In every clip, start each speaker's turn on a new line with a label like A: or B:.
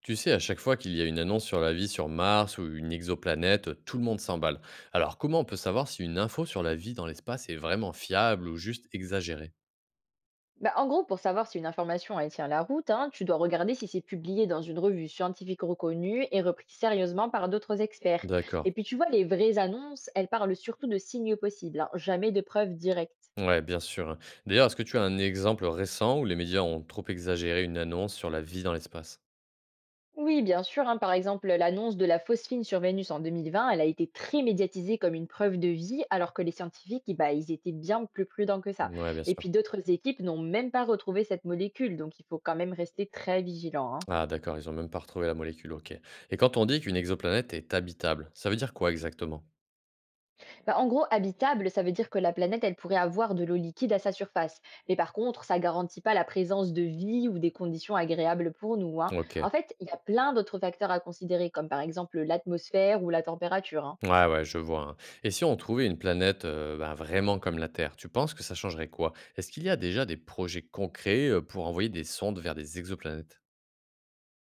A: Tu sais, à chaque fois qu'il y a une annonce sur la vie sur Mars ou une exoplanète, tout le monde s'emballe. Alors, comment on peut savoir si une info sur la vie dans l'espace est vraiment fiable ou juste exagérée?
B: Bah, en gros, pour savoir si une information elle tient la route, hein, tu dois regarder si c'est publié dans une revue scientifique reconnue et repris sérieusement par d'autres experts.
A: D'accord.
B: Et puis tu vois, les vraies annonces, elles parlent surtout de signaux possibles, hein, jamais de preuves directes.
A: Ouais, bien sûr, hein. D'ailleurs, est-ce que tu as un exemple récent où les médias ont trop exagéré une annonce sur la vie dans l'espace?
B: Oui, bien sûr, hein, par exemple, l'annonce de la phosphine sur Vénus en 2020, elle a été très médiatisée comme une preuve de vie, alors que les scientifiques, eh bah, ils étaient bien plus prudents que ça.
A: Ouais, bien
B: Et
A: sûr.
B: puis d'autres équipes n'ont même pas retrouvé cette molécule, donc il faut quand même rester très vigilant. Hein.
A: Ah, d'accord, ils ont même pas retrouvé la molécule, ok. Et quand on dit qu'une exoplanète est habitable, ça veut dire quoi exactement?
B: Bah, en gros, habitable, ça veut dire que la planète, elle pourrait avoir de l'eau liquide à sa surface. Mais par contre, ça garantit pas la présence de vie ou des conditions agréables pour nous. Hein.
A: Ok.
B: En fait, il y a plein d'autres facteurs à considérer, comme par exemple l'atmosphère ou la température. Hein.
A: Ouais, ouais, je vois, hein. Et si on trouvait une planète, bah, vraiment comme la Terre, tu penses que ça changerait quoi? Est-ce qu'il y a déjà des projets concrets, pour envoyer des sondes vers des exoplanètes?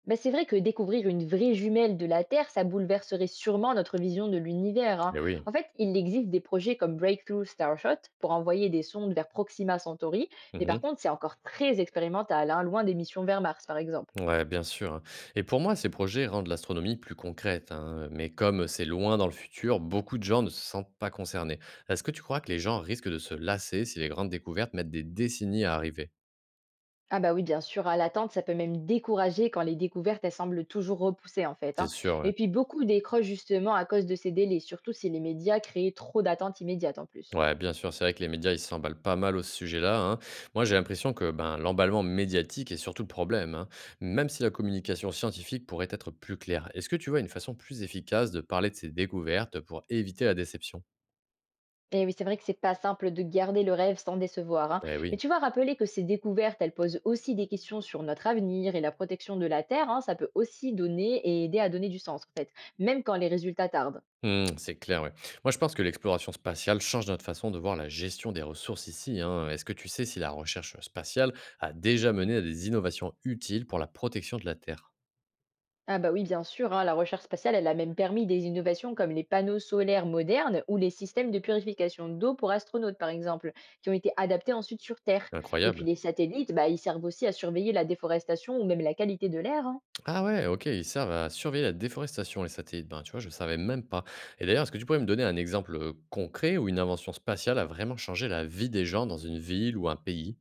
B: Bah, c'est vrai que découvrir une vraie jumelle de la Terre, ça bouleverserait sûrement notre vision de l'univers. Hein.
A: Eh
B: En
A: oui.
B: fait, il existe des projets comme Breakthrough Starshot pour envoyer des sondes vers Proxima Centauri, mais par
A: Mmh.
B: contre, c'est encore très expérimental, hein, loin des missions vers Mars, par exemple.
A: Ouais, bien sûr, hein. Et pour moi, ces projets rendent l'astronomie plus concrète, hein, mais comme c'est loin dans le futur, beaucoup de gens ne se sentent pas concernés. Est-ce que tu crois que les gens risquent de se lasser si les grandes découvertes mettent des décennies à arriver?
B: Ah bah oui, bien sûr, à l'attente, ça peut même décourager quand les découvertes, elles semblent toujours repoussées en fait.
A: C'est
B: Hein.
A: sûr, ouais.
B: Et puis beaucoup décrochent justement à cause de ces délais, surtout si les médias créent trop d'attentes immédiates en plus.
A: Ouais, bien sûr, c'est vrai que les médias, ils s'emballent pas mal au sujet-là, hein. Moi, j'ai l'impression que ben, l'emballement médiatique est surtout le problème, hein, même si la communication scientifique pourrait être plus claire. Est-ce que tu vois une façon plus efficace de parler de ces découvertes pour éviter la déception?
B: Et oui, c'est vrai que c'est pas simple de garder le rêve sans décevoir. Hein.
A: Eh
B: Mais
A: oui.
B: tu vois, rappeler que ces découvertes, elles posent aussi des questions sur notre avenir et la protection de la Terre, hein, ça peut aussi donner et aider à donner du sens en fait, même quand les résultats tardent.
A: Hmm, c'est clair, ouais. Moi, je pense que l'exploration spatiale change notre façon de voir la gestion des ressources ici, hein. Est-ce que tu sais si la recherche spatiale a déjà mené à des innovations utiles pour la protection de la Terre?
B: Ah bah oui, bien sûr, hein, la recherche spatiale, elle a même permis des innovations comme les panneaux solaires modernes ou les systèmes de purification d'eau pour astronautes, par exemple, qui ont été adaptés ensuite sur Terre. Et puis
A: Incroyable.
B: les satellites, bah, ils servent aussi à surveiller la déforestation ou même la qualité de l'air. Hein.
A: Ah ouais, OK, ils servent à surveiller la déforestation, les satellites. Ben, tu vois, je savais même pas. Et d'ailleurs, est-ce que tu pourrais me donner un exemple concret où une invention spatiale a vraiment changé la vie des gens dans une ville ou un pays?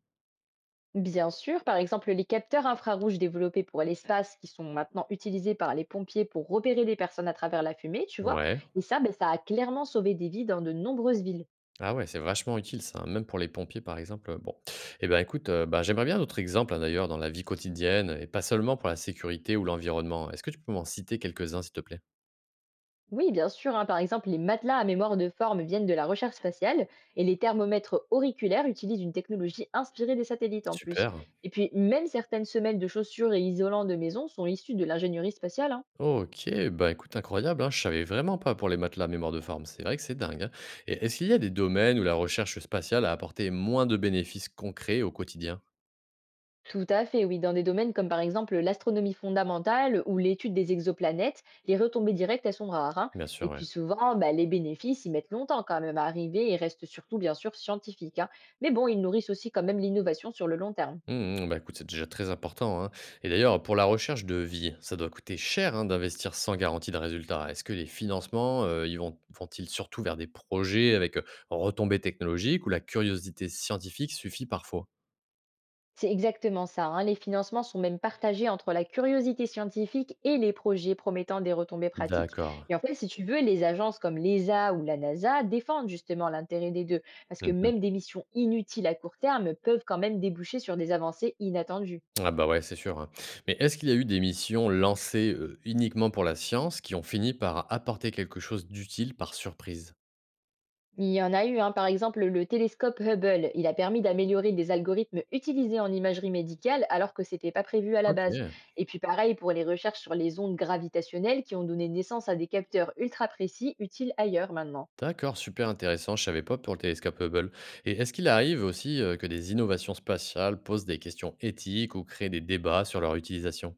B: Bien sûr, par exemple, les capteurs infrarouges développés pour l'espace qui sont maintenant utilisés par les pompiers pour repérer les personnes à travers la fumée, tu vois.
A: Ouais.
B: Et ça, ben ça a clairement sauvé des vies dans de nombreuses villes.
A: Ah ouais, c'est vachement utile ça, hein, même pour les pompiers par exemple. Bon. Eh ben écoute, ben, j'aimerais bien d'autres exemples hein, d'ailleurs dans la vie quotidienne et pas seulement pour la sécurité ou l'environnement. Est-ce que tu peux m'en citer quelques-uns s'il te plaît?
B: Oui, bien sûr. Hein. Par exemple, les matelas à mémoire de forme viennent de la recherche spatiale et les thermomètres auriculaires utilisent une technologie inspirée des satellites en plus.
A: Super.
B: Et puis, même certaines semelles de chaussures et isolants de maison sont issues de l'ingénierie spatiale. Hein.
A: OK, bah, écoute, incroyable, hein. Je savais vraiment pas pour les matelas mémoire de forme. C'est vrai que c'est dingue, hein. Et est-ce qu'il y a des domaines où la recherche spatiale a apporté moins de bénéfices concrets au quotidien?
B: Tout à fait, oui. Dans des domaines comme par exemple l'astronomie fondamentale ou l'étude des exoplanètes, les retombées directes, elles sont rares. Hein.
A: Bien sûr,
B: Et puis
A: ouais.
B: souvent, bah, les bénéfices, ils mettent longtemps quand même à arriver et restent surtout, bien sûr, scientifiques. Hein. Mais bon, ils nourrissent aussi quand même l'innovation sur le long terme.
A: Mmh, mmh, bah, écoute, c'est déjà très important, hein. Et d'ailleurs, pour la recherche de vie, ça doit coûter cher, hein, d'investir sans garantie de résultat. Est-ce que les financements, ils vont-ils surtout vers des projets avec, retombées technologiques ou la curiosité scientifique suffit parfois?
B: C'est exactement ça. Hein. Les financements sont même partagés entre la curiosité scientifique et les projets promettant des retombées pratiques.
A: D'accord.
B: Et en fait, si tu veux, les agences comme l'ESA ou la NASA défendent justement l'intérêt des deux, parce que
A: Mmh.
B: même des missions inutiles à court terme peuvent quand même déboucher sur des avancées inattendues.
A: Ah bah ouais, c'est sûr, hein. Mais est-ce qu'il y a eu des missions lancées, uniquement pour la science qui ont fini par apporter quelque chose d'utile par surprise?
B: Il y en a eu, hein. Par exemple, le télescope Hubble, il a permis d'améliorer des algorithmes utilisés en imagerie médicale alors que c'était pas prévu à la base.
A: OK,
B: Et puis pareil pour les recherches sur les ondes gravitationnelles qui ont donné naissance à des capteurs ultra précis utiles ailleurs maintenant.
A: d'accord, super intéressant, je savais pas pour le télescope Hubble. Et est-ce qu'il arrive aussi, que des innovations spatiales posent des questions éthiques ou créent des débats sur leur utilisation?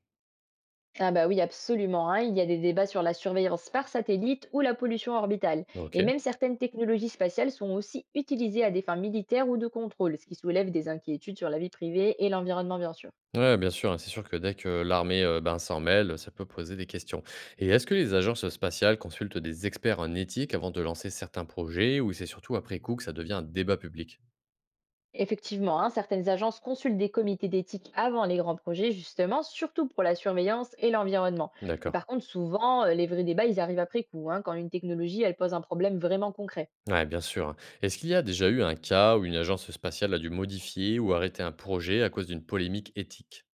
B: Ah bah oui, absolument. Hein. Il y a des débats sur la surveillance par satellite ou la pollution orbitale. Et
A: OK.
B: même certaines technologies spatiales sont aussi utilisées à des fins militaires ou de contrôle, ce qui soulève des inquiétudes sur la vie privée et l'environnement bien sûr.
A: Ouais, bien sûr, hein, c'est sûr que dès que l'armée, ben, s'en mêle, ça peut poser des questions. Et est-ce que les agences spatiales consultent des experts en éthique avant de lancer certains projets ou c'est surtout après coup que ça devient un débat public?
B: Effectivement, hein, certaines agences consultent des comités d'éthique avant les grands projets, justement, surtout pour la surveillance et l'environnement. Mais
A: D'accord.
B: par contre, souvent, les vrais débats, ils arrivent après coup, hein, quand une technologie, elle pose un problème vraiment concret.
A: Ouais, bien sûr, hein. Est-ce qu'il y a déjà eu un cas où une agence spatiale a dû modifier ou arrêter un projet à cause d'une polémique éthique?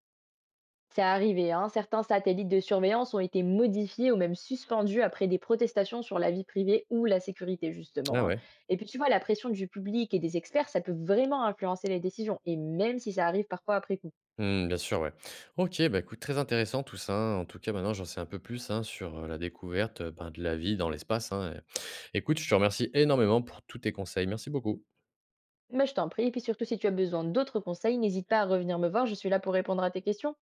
B: C'est arrivé, hein, certains satellites de surveillance ont été modifiés ou même suspendus après des protestations sur la vie privée ou la sécurité, justement.
A: Ah
B: Hein.
A: ouais.
B: Et puis, tu vois, la pression du public et des experts, ça peut vraiment influencer les décisions, et même si ça arrive parfois après coup.
A: Hmm, bien sûr, ouais. Ok, bah écoute, très intéressant tout ça, hein. En tout cas, maintenant, j'en sais un peu plus hein, sur la découverte ben, de la vie dans l'espace, hein. Écoute, je te remercie énormément pour tous tes conseils. Merci beaucoup.
B: Mais je t'en prie, et puis surtout si tu as besoin d'autres conseils, n'hésite pas à revenir me voir, je suis là pour répondre à tes questions.